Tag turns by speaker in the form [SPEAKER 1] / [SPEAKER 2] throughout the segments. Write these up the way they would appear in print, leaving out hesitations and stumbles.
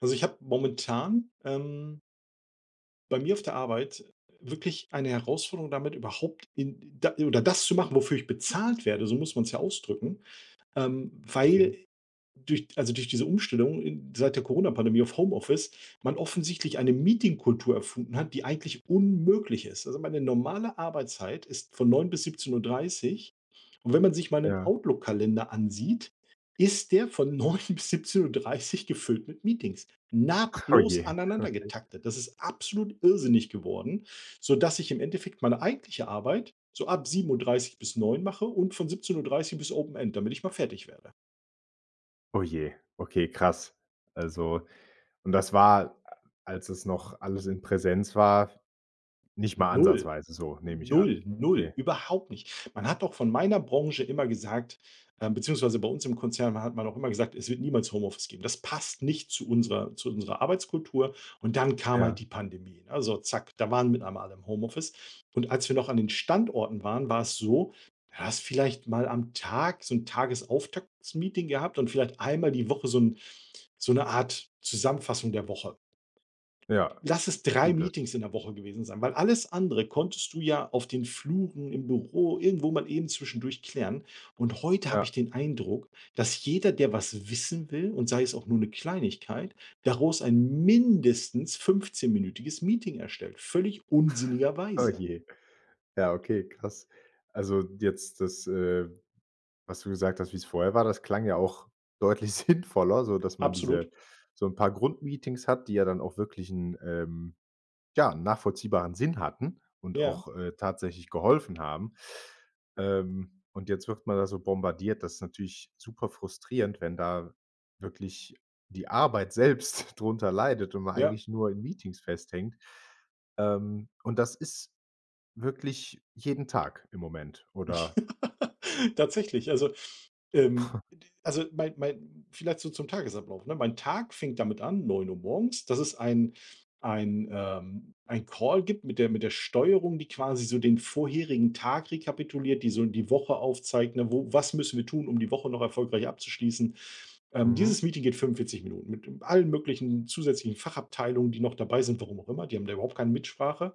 [SPEAKER 1] Also, ich habe momentan, bei mir auf der Arbeit wirklich eine Herausforderung damit, überhaupt in da oder das zu machen, wofür ich bezahlt werde, so muss man es ja ausdrücken,
[SPEAKER 2] Okay,
[SPEAKER 1] weil durch diese Umstellung in seit der Corona-Pandemie auf Homeoffice man offensichtlich eine Meetingkultur erfunden hat, die eigentlich unmöglich ist. Also, meine normale Arbeitszeit ist von 9 bis 17:30 Uhr, und wenn man sich meinen
[SPEAKER 2] ja.
[SPEAKER 1] Outlook-Kalender ansieht, ist der von 9 bis 17:30 Uhr gefüllt mit Meetings,
[SPEAKER 2] Oh
[SPEAKER 1] nahtlos
[SPEAKER 2] je,
[SPEAKER 1] aneinander
[SPEAKER 2] okay.
[SPEAKER 1] getaktet. Das ist absolut irrsinnig geworden, sodass ich im Endeffekt meine eigentliche Arbeit so ab 7:30 Uhr bis 9 mache und von 17:30 Uhr bis Open End, damit ich mal fertig werde.
[SPEAKER 2] Oh je, okay, krass. Also und das war, als es noch alles in Präsenz war, nicht mal
[SPEAKER 1] Null.
[SPEAKER 2] ansatzweise so, nehme ich an.
[SPEAKER 1] Null, null,
[SPEAKER 2] Okay,
[SPEAKER 1] überhaupt nicht. Man hat doch von meiner Branche immer gesagt, beziehungsweise bei uns im Konzern hat man auch immer gesagt, es wird niemals Homeoffice geben. Das passt nicht zu unserer Arbeitskultur. Und dann kam halt
[SPEAKER 2] ja,
[SPEAKER 1] die Pandemie, ne? Also zack, da waren mit einmal alle im Homeoffice. Und als wir noch an den Standorten waren, war es so, du hast vielleicht mal am Tag so ein Tagesauftaktsmeeting gehabt und vielleicht einmal die Woche so eine Art Zusammenfassung der Woche.
[SPEAKER 2] ja,
[SPEAKER 1] Lass es 3
[SPEAKER 2] gut, das
[SPEAKER 1] Meetings in der Woche gewesen sein, weil alles andere konntest du ja auf den Fluren, im Büro, irgendwo mal eben zwischendurch klären. Und heute habe ich
[SPEAKER 2] ja,
[SPEAKER 1] den Eindruck, dass jeder, der was wissen will und sei es auch nur eine Kleinigkeit, daraus ein mindestens fünfzehnminütiges Meeting erstellt. Völlig
[SPEAKER 2] oh
[SPEAKER 1] unsinnigerweise.
[SPEAKER 2] je. Ja, okay, krass. Also jetzt das, was du gesagt hast, wie es vorher war, das klang ja auch deutlich sinnvoller, so dass man diese
[SPEAKER 1] Absolut.
[SPEAKER 2] so ein paar Grundmeetings hat, die ja dann auch wirklich 'n, ja, nachvollziehbaren Sinn hatten und
[SPEAKER 1] Ja,
[SPEAKER 2] auch, tatsächlich geholfen haben. Und jetzt wird man da so bombardiert. Das ist natürlich super frustrierend, wenn da wirklich die Arbeit selbst drunter leidet und man
[SPEAKER 1] ja.
[SPEAKER 2] eigentlich nur in Meetings festhängt. Und das ist wirklich jeden Tag im Moment, oder?
[SPEAKER 1] Tatsächlich, ähm, also, mein vielleicht so zum Tagesablauf, ne? Mein Tag fängt damit an, 9 Uhr morgens, dass es ein Call gibt mit der Steuerung, die quasi so den vorherigen Tag rekapituliert, die so die Woche aufzeigt, ne? Wo was müssen wir tun, um die Woche noch erfolgreich abzuschließen? Dieses
[SPEAKER 2] Mhm.
[SPEAKER 1] Meeting geht 45 Minuten mit allen möglichen zusätzlichen Fachabteilungen, die noch dabei sind, warum auch immer. Die haben da überhaupt keine Mitsprache.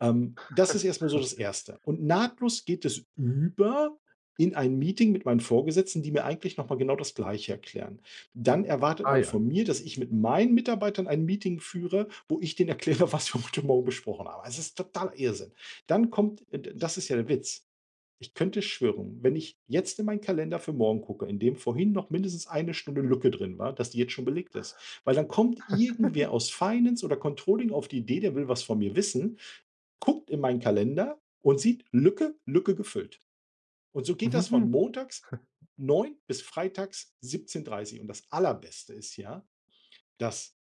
[SPEAKER 1] Das ist erst mal so das
[SPEAKER 2] Okay.
[SPEAKER 1] Erste. Und nahtlos geht es über in ein Meeting mit meinen Vorgesetzten, die mir eigentlich noch mal genau das Gleiche erklären. Dann erwartet
[SPEAKER 2] Ah
[SPEAKER 1] man
[SPEAKER 2] ja.
[SPEAKER 1] von mir, dass ich mit meinen Mitarbeitern ein Meeting führe, wo ich denen erkläre, was wir heute Morgen besprochen haben. Also, es ist totaler Irrsinn. Dann kommt, das ist ja der Witz. Ich könnte schwören, wenn ich jetzt in meinen Kalender für morgen gucke, in dem vorhin noch mindestens eine Stunde Lücke drin war, dass die jetzt schon belegt ist. Weil dann kommt irgendwer aus Finance oder Controlling auf die Idee, der will was von mir wissen, guckt in meinen Kalender und sieht Lücke, Lücke gefüllt. Und so geht das von
[SPEAKER 2] Mhm.
[SPEAKER 1] montags 9 bis freitags 17:30 Uhr. Und das Allerbeste ist ja, dass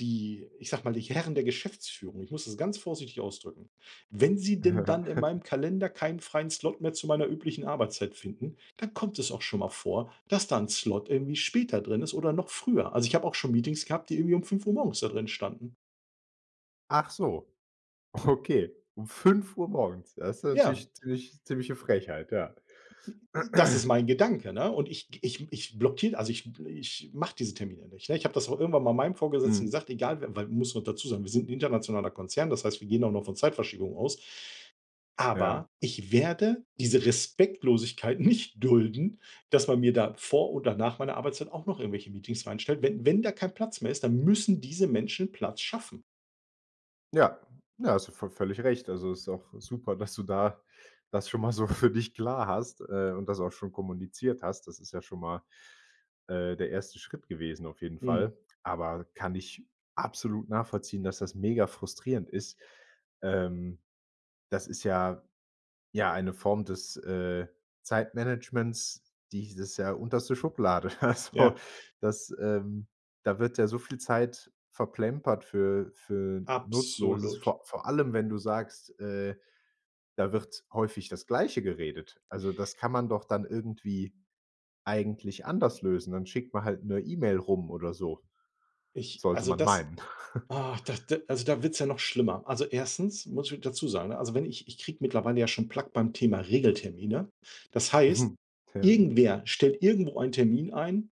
[SPEAKER 1] die, ich sage mal, die Herren der Geschäftsführung, ich muss das ganz vorsichtig ausdrücken, wenn sie denn dann in meinem Kalender keinen freien Slot mehr zu meiner üblichen Arbeitszeit finden, dann kommt es auch schon mal vor, dass da ein Slot irgendwie später drin ist oder noch früher. Also, ich habe auch schon Meetings gehabt, die irgendwie um 5 Uhr morgens da drin standen.
[SPEAKER 2] Ach so, okay. Um fünf Uhr morgens. Das ist
[SPEAKER 1] Ja,
[SPEAKER 2] natürlich ziemlich ziemliche Frechheit, ja.
[SPEAKER 1] das ist mein Gedanke, ne? Und ich blockiere, also, ich mache diese Termine nicht, ne? Ich habe das auch irgendwann mal meinem Vorgesetzten
[SPEAKER 2] Mhm.
[SPEAKER 1] gesagt, egal wer, weil muss noch dazu sagen, wir sind 'n internationaler Konzern, das heißt, wir gehen auch noch von Zeitverschiebung aus.
[SPEAKER 2] Ja.
[SPEAKER 1] Aber ich werde diese Respektlosigkeit nicht dulden, dass man mir da vor und nach meiner Arbeitszeit auch noch irgendwelche Meetings reinstellt. Wenn da kein Platz mehr ist, dann müssen diese Menschen Platz schaffen.
[SPEAKER 2] Ja, ja, hast du v völlig recht. Also, ist auch super, dass du da das schon mal so für dich klar hast, und das auch schon kommuniziert hast. Das ist ja schon mal, der erste Schritt gewesen auf jeden
[SPEAKER 1] Mhm.
[SPEAKER 2] Fall. Aber kann ich absolut nachvollziehen, dass das mega frustrierend ist. Ähm, Das ist ja ja, eine Form des, Zeitmanagements, die das ist ja unterste Schublade. Also,
[SPEAKER 1] Ja,
[SPEAKER 2] das, da wird ja so viel Zeit verplempert für Nutzloses,
[SPEAKER 1] absolut.
[SPEAKER 2] vor vor allem, wenn du sagst, da wird häufig das Gleiche geredet. Also, das kann man doch dann irgendwie eigentlich anders lösen. Dann schickt man halt 'ne E-Mail rum oder so,
[SPEAKER 1] Ich
[SPEAKER 2] sollte
[SPEAKER 1] also,
[SPEAKER 2] man
[SPEAKER 1] das
[SPEAKER 2] meinen.
[SPEAKER 1] Ach, das d also, da wird's ja noch schlimmer. Also, erstens muss ich dazu sagen, ne, also, wenn ich ich kriege mittlerweile ja schon Plack beim Thema Regeltermine. Das heißt,
[SPEAKER 2] Ja,
[SPEAKER 1] irgendwer stellt irgendwo einen Termin ein,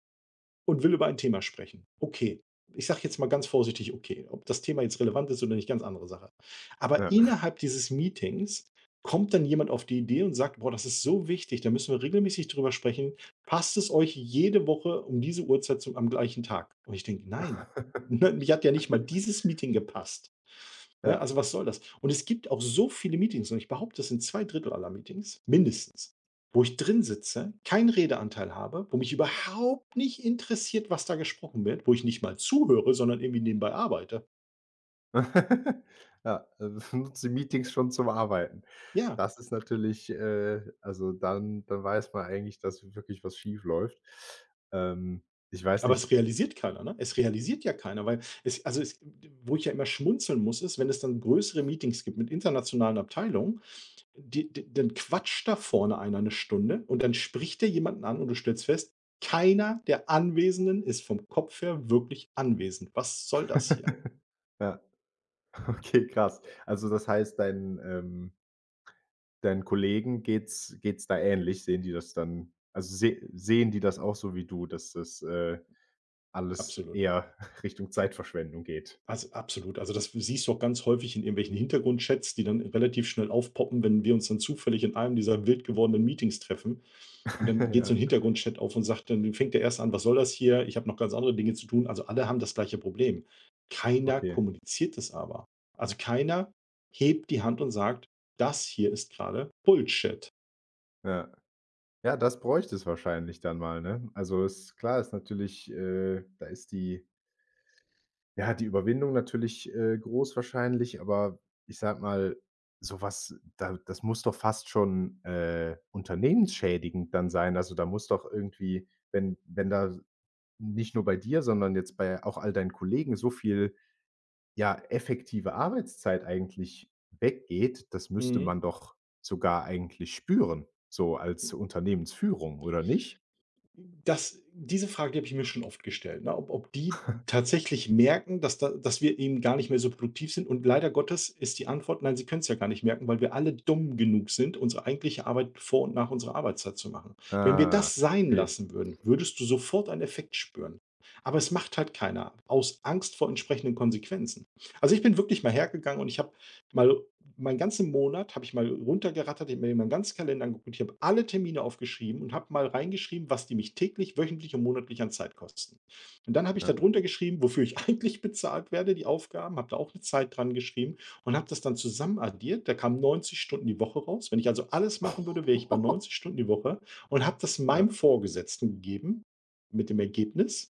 [SPEAKER 1] und will über ein Thema sprechen. Okay. Ich sage jetzt mal ganz vorsichtig okay. Ob das Thema jetzt relevant ist oder nicht, ganz andere Sache. Aber
[SPEAKER 2] ja,
[SPEAKER 1] innerhalb dieses Meetings kommt dann jemand auf die Idee und sagt: „Boah, das ist so wichtig, da müssen wir regelmäßig drüber sprechen. Passt es euch jede Woche um diese Uhrzeit zum am gleichen Tag?" Und ich denke: „Nein, ne, mich hat ja nicht mal dieses Meeting gepasst." Ne,
[SPEAKER 2] ja.
[SPEAKER 1] also was soll das? Und es gibt auch so viele Meetings, und ich behaupte, das sind 2 Drittel aller Meetings mindestens. Wo ich drin sitze, keinen Redeanteil habe, wo mich überhaupt nicht interessiert, was da gesprochen wird, wo ich nicht mal zuhöre, sondern irgendwie nebenbei arbeite.
[SPEAKER 2] Ja, also nutzt Meetings schon zum Arbeiten.
[SPEAKER 1] Ja,
[SPEAKER 2] Das ist natürlich, also dann dann weiß man eigentlich, dass wirklich was schief läuft. Ähm, ich weiß
[SPEAKER 1] aber es
[SPEAKER 2] nicht
[SPEAKER 1] realisiert keiner, ne? Es realisiert ja keiner, weil es also, es wo ich ja immer schmunzeln muss, ist, wenn es dann größere Meetings gibt mit internationalen Abteilungen, die d dann quatscht da vorne einer eine Stunde, und dann spricht der jemanden an und du stellst fest, keiner der Anwesenden ist vom Kopf her wirklich anwesend. Was soll das hier?
[SPEAKER 2] ja, okay, krass. Also das heißt, deinen, deinen Kollegen geht's geht's da ähnlich? Sehen die das dann also se sehen die das auch so wie du, dass das, alles
[SPEAKER 1] Absolut.
[SPEAKER 2] eher Richtung Zeitverschwendung geht?
[SPEAKER 1] Also, absolut. Also, das siehst du auch ganz häufig in irgendwelchen Hintergrundchats, die dann relativ schnell aufpoppen, wenn wir uns dann zufällig in einem dieser wild gewordenen Meetings treffen. Und dann geht so ein
[SPEAKER 2] Ja,
[SPEAKER 1] Hintergrundchat auf und sagt, dann fängt der Erste an: „Was soll das hier? Ich habe noch ganz andere Dinge zu tun." Also, alle haben das gleiche Problem. Keiner
[SPEAKER 2] okay,
[SPEAKER 1] kommuniziert es aber. Also, keiner hebt die Hand und sagt: „Das hier ist gerade Bullshit."
[SPEAKER 2] ja. Ja, das bräuchte es wahrscheinlich dann mal, ne? Also, ist klar, ist natürlich da ist die ja, die Überwindung natürlich, groß wahrscheinlich, aber ich sage mal, sowas da das muss doch fast schon, unternehmensschädigend dann sein. Also, da muss doch irgendwie, wenn wenn da nicht nur bei dir, sondern jetzt bei auch all deinen Kollegen so viel, ja, effektive Arbeitszeit eigentlich weggeht, das müsste
[SPEAKER 1] Mhm.
[SPEAKER 2] man doch sogar eigentlich spüren, so als Unternehmensführung, oder nicht?
[SPEAKER 1] Das, diese Frage, die habe ich mir schon oft gestellt, ne, ob die tatsächlich merken, dass wir eben gar nicht mehr so produktiv sind, und leider Gottes ist die Antwort: „Nein, sie können es ja gar nicht merken, weil wir alle dumm genug sind, unsere eigentliche Arbeit vor und nach unserer Arbeitszeit zu machen." Wenn wir
[SPEAKER 2] Ah,
[SPEAKER 1] das sein
[SPEAKER 2] okay,
[SPEAKER 1] lassen würden, würdest du sofort einen Effekt spüren. Aber es macht halt keiner aus Angst vor entsprechenden Konsequenzen. Also, ich bin wirklich mal hergegangen und ich habe mal meinen ganzen Monat habe ich mal runtergerattert, ich habe mir meinen ganzen Kalender angeguckt, ich habe alle Termine aufgeschrieben und habe mal reingeschrieben, was die mich täglich, wöchentlich und monatlich an Zeit kosten. Und dann habe ich da
[SPEAKER 2] ja.
[SPEAKER 1] drunter geschrieben, wofür ich eigentlich bezahlt werde, die Aufgaben, habe da auch eine Zeit dran geschrieben und habe das dann zusammen addiert. Da kamen 90 Stunden die Woche raus. Wenn ich also alles machen würde, wäre ich bei 90 Stunden die Woche, und habe das meinem
[SPEAKER 2] Ja,
[SPEAKER 1] Vorgesetzten gegeben mit dem Ergebnis,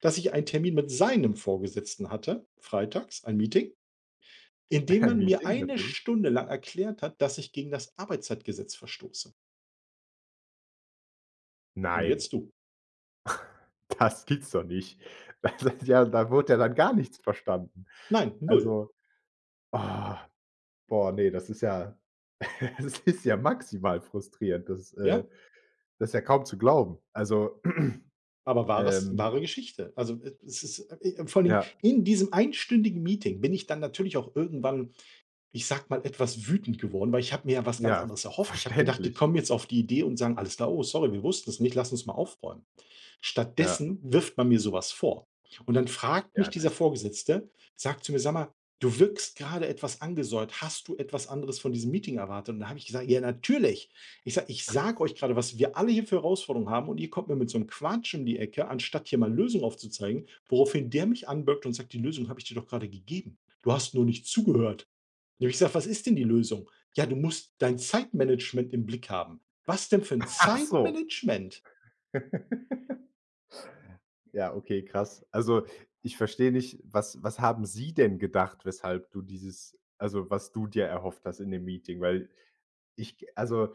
[SPEAKER 1] dass ich einen Termin mit seinem Vorgesetzten hatte, freitags, ein Meeting, indem
[SPEAKER 2] ein
[SPEAKER 1] man mir
[SPEAKER 2] Meeting
[SPEAKER 1] eine
[SPEAKER 2] natürlich.
[SPEAKER 1] Stunde lang erklärt hat, dass ich gegen das Arbeitszeitgesetz verstoße. Und
[SPEAKER 2] Nein,
[SPEAKER 1] jetzt du.
[SPEAKER 2] das gibt's doch nicht. Das ist ja da wurde ja dann gar nichts verstanden.
[SPEAKER 1] Nein, null.
[SPEAKER 2] Also, oh, boah, nee, das ist ja das ist ja maximal frustrierend. Das,
[SPEAKER 1] Ja?
[SPEAKER 2] das ist ja kaum zu glauben. Also,
[SPEAKER 1] Aber wahres
[SPEAKER 2] ähm,
[SPEAKER 1] wahre Geschichte. Also, e es ist vor allen Dingen
[SPEAKER 2] ja,
[SPEAKER 1] in diesem einstündigen Meeting bin ich dann natürlich auch irgendwann, ich sag mal, etwas wütend geworden, weil ich habe mir ja was ganz
[SPEAKER 2] ja,
[SPEAKER 1] anderes erhofft. Ich habe gedacht, die
[SPEAKER 2] verständlich.
[SPEAKER 1] kommen jetzt auf die Idee und sagen: „Alles klar, oh, sorry, wir wussten es nicht, lass uns mal aufräumen."
[SPEAKER 2] Ja,
[SPEAKER 1] Stattdessen wirft man mir so was vor. Und dann fragt mich
[SPEAKER 2] ja,
[SPEAKER 1] dieser
[SPEAKER 2] das
[SPEAKER 1] Vorgesetzte, sagt zu mir: „Sag mal, du wirkst gerade etwas angesäuert. Hast du etwas anderes von diesem Meeting erwartet?" Und da habe ich gesagt: „Ja, natürlich." Ich sage: „Ich sage euch gerade, was wir alle hier für Herausforderungen haben, und ihr kommt mir mit so einem Quatsch um die Ecke, anstatt hier mal Lösungen aufzuzeigen." Woraufhin der mich anböckt und sagt: „Die Lösung habe ich dir doch gerade gegeben. Du hast nur nicht zugehört." Und ich sage: „Was ist denn die Lösung?" „Ja, du musst dein Zeitmanagement im Blick haben." „Was denn für ein
[SPEAKER 2] ach so.
[SPEAKER 1] Zeitmanagement?"
[SPEAKER 2] Ja, okay, krass. Also, ich verstehe nicht, was was haben Sie denn gedacht, weshalb du dieses also, was du dir erhofft hast in dem Meeting? Weil ich also,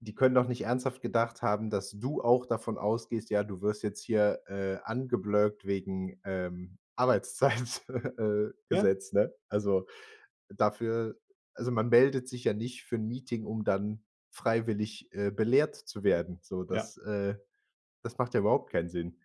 [SPEAKER 2] die können doch nicht ernsthaft gedacht haben, dass du auch davon ausgehst: „Ja, du wirst jetzt hier, angeblökt wegen, Arbeitszeit
[SPEAKER 1] Ja,
[SPEAKER 2] Gesetz“, ne? Also, dafür also, man meldet sich ja nicht für ein Meeting, um dann freiwillig, belehrt zu werden. So,
[SPEAKER 1] ja.
[SPEAKER 2] das das macht ja überhaupt keinen Sinn.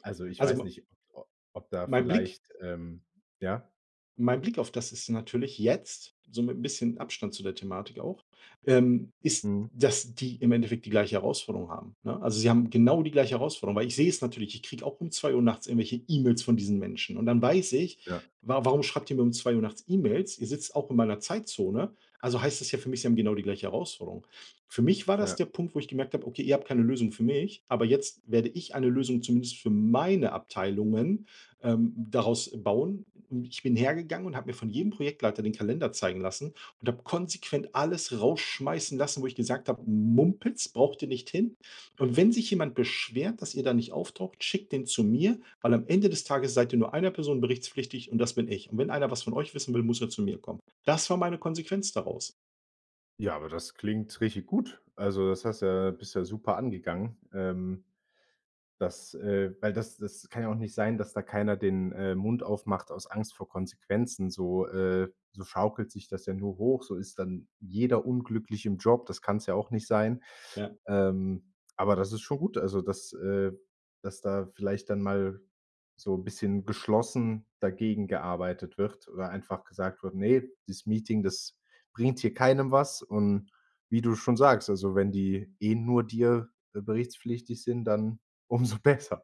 [SPEAKER 2] Also, ich weiß
[SPEAKER 1] Also,
[SPEAKER 2] nicht, ob ob da
[SPEAKER 1] Mein Blick
[SPEAKER 2] vielleicht, ja?
[SPEAKER 1] mein Blick auf das ist natürlich jetzt, so mit 'n bisschen Abstand zu der Thematik auch, ist,
[SPEAKER 2] Mhm.
[SPEAKER 1] dass die im Endeffekt die gleiche Herausforderung haben, ne? Also, sie haben genau die gleiche Herausforderung, weil ich sehe es natürlich, ich kriege auch um 2 Uhr nachts irgendwelche E-Mails von diesen Menschen, und dann weiß ich:
[SPEAKER 2] Ja,
[SPEAKER 1] „Wa warum schreibt ihr mir um 2 Uhr nachts E-Mails? Ihr sitzt auch in meiner Zeitzone." Also, heißt das ja für mich, sie haben genau die gleiche Herausforderung. Für mich war das
[SPEAKER 2] ja.
[SPEAKER 1] der Punkt, wo ich gemerkt habe: „Okay, ihr habt keine Lösung für mich, aber jetzt werde ich eine Lösung zumindest für meine Abteilungen daraus bauen." Und ich bin hergegangen und habe mir von jedem Projektleiter den Kalender zeigen lassen und habe konsequent alles rausschmeißen lassen, wo ich gesagt habe, Mumpitz, braucht ihr nicht hin. Und wenn sich jemand beschwert, dass ihr da nicht auftaucht, schickt den zu mir, weil am Ende des Tages seid ihr nur einer Person berichtspflichtig und das bin ich. Und wenn einer was von euch wissen will, muss er zu mir kommen. Das war meine Konsequenz daraus.
[SPEAKER 2] Ja, aber das klingt richtig gut. Also, das hast ja bist ja super angegangen. Das weil das das kann ja auch nicht sein, dass da keiner den, Mund aufmacht aus Angst vor Konsequenzen. So, so schaukelt sich das ja nur hoch. So ist dann jeder unglücklich im Job. Das kann es ja auch nicht sein.
[SPEAKER 1] Ja.
[SPEAKER 2] Aber das ist schon gut, also dass, dass da vielleicht dann mal so ein bisschen geschlossen dagegen gearbeitet wird oder einfach gesagt wird: nee, dieses Meeting, das bringt hier keinem was.“ Und wie du schon sagst, also wenn die eh nur dir, berichtspflichtig sind, dann umso besser.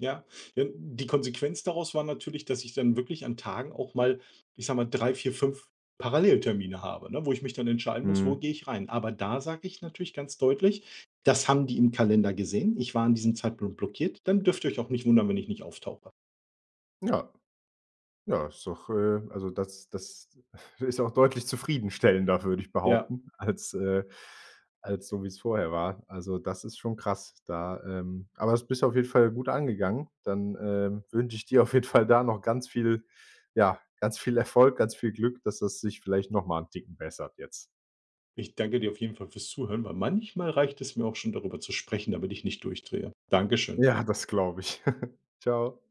[SPEAKER 1] Ja. Ja, die Konsequenz daraus war natürlich, dass ich dann wirklich an Tagen auch mal, ich sage mal, 3, 4, 5 Paralleltermine habe, ne, wo ich mich dann entscheiden muss, wo
[SPEAKER 2] Mhm.
[SPEAKER 1] gehe ich rein. Aber da sage ich natürlich ganz deutlich, das haben die im Kalender gesehen. Ich war an diesem Zeitpunkt blockiert. Dann dürft ihr euch auch nicht wundern, wenn ich nicht auftauche.
[SPEAKER 2] Ja, ja, ist doch, also, das das ist auch deutlich zufriedenstellender, würde ich
[SPEAKER 1] Ja,
[SPEAKER 2] behaupten, als als so wie es vorher war. Also, das ist schon krass. Da, aber das bist du auf jeden Fall gut angegangen. Dann, wünsche ich dir auf jeden Fall da noch ganz viel ja, ganz viel Erfolg, ganz viel Glück, dass das sich vielleicht noch mal 'n Ticken bessert jetzt.
[SPEAKER 1] ich danke dir auf jeden Fall fürs Zuhören, weil manchmal reicht es mir auch schon, darüber zu sprechen, damit ich nicht durchdrehe. Dankeschön.
[SPEAKER 2] Ja, das glaube ich. ciao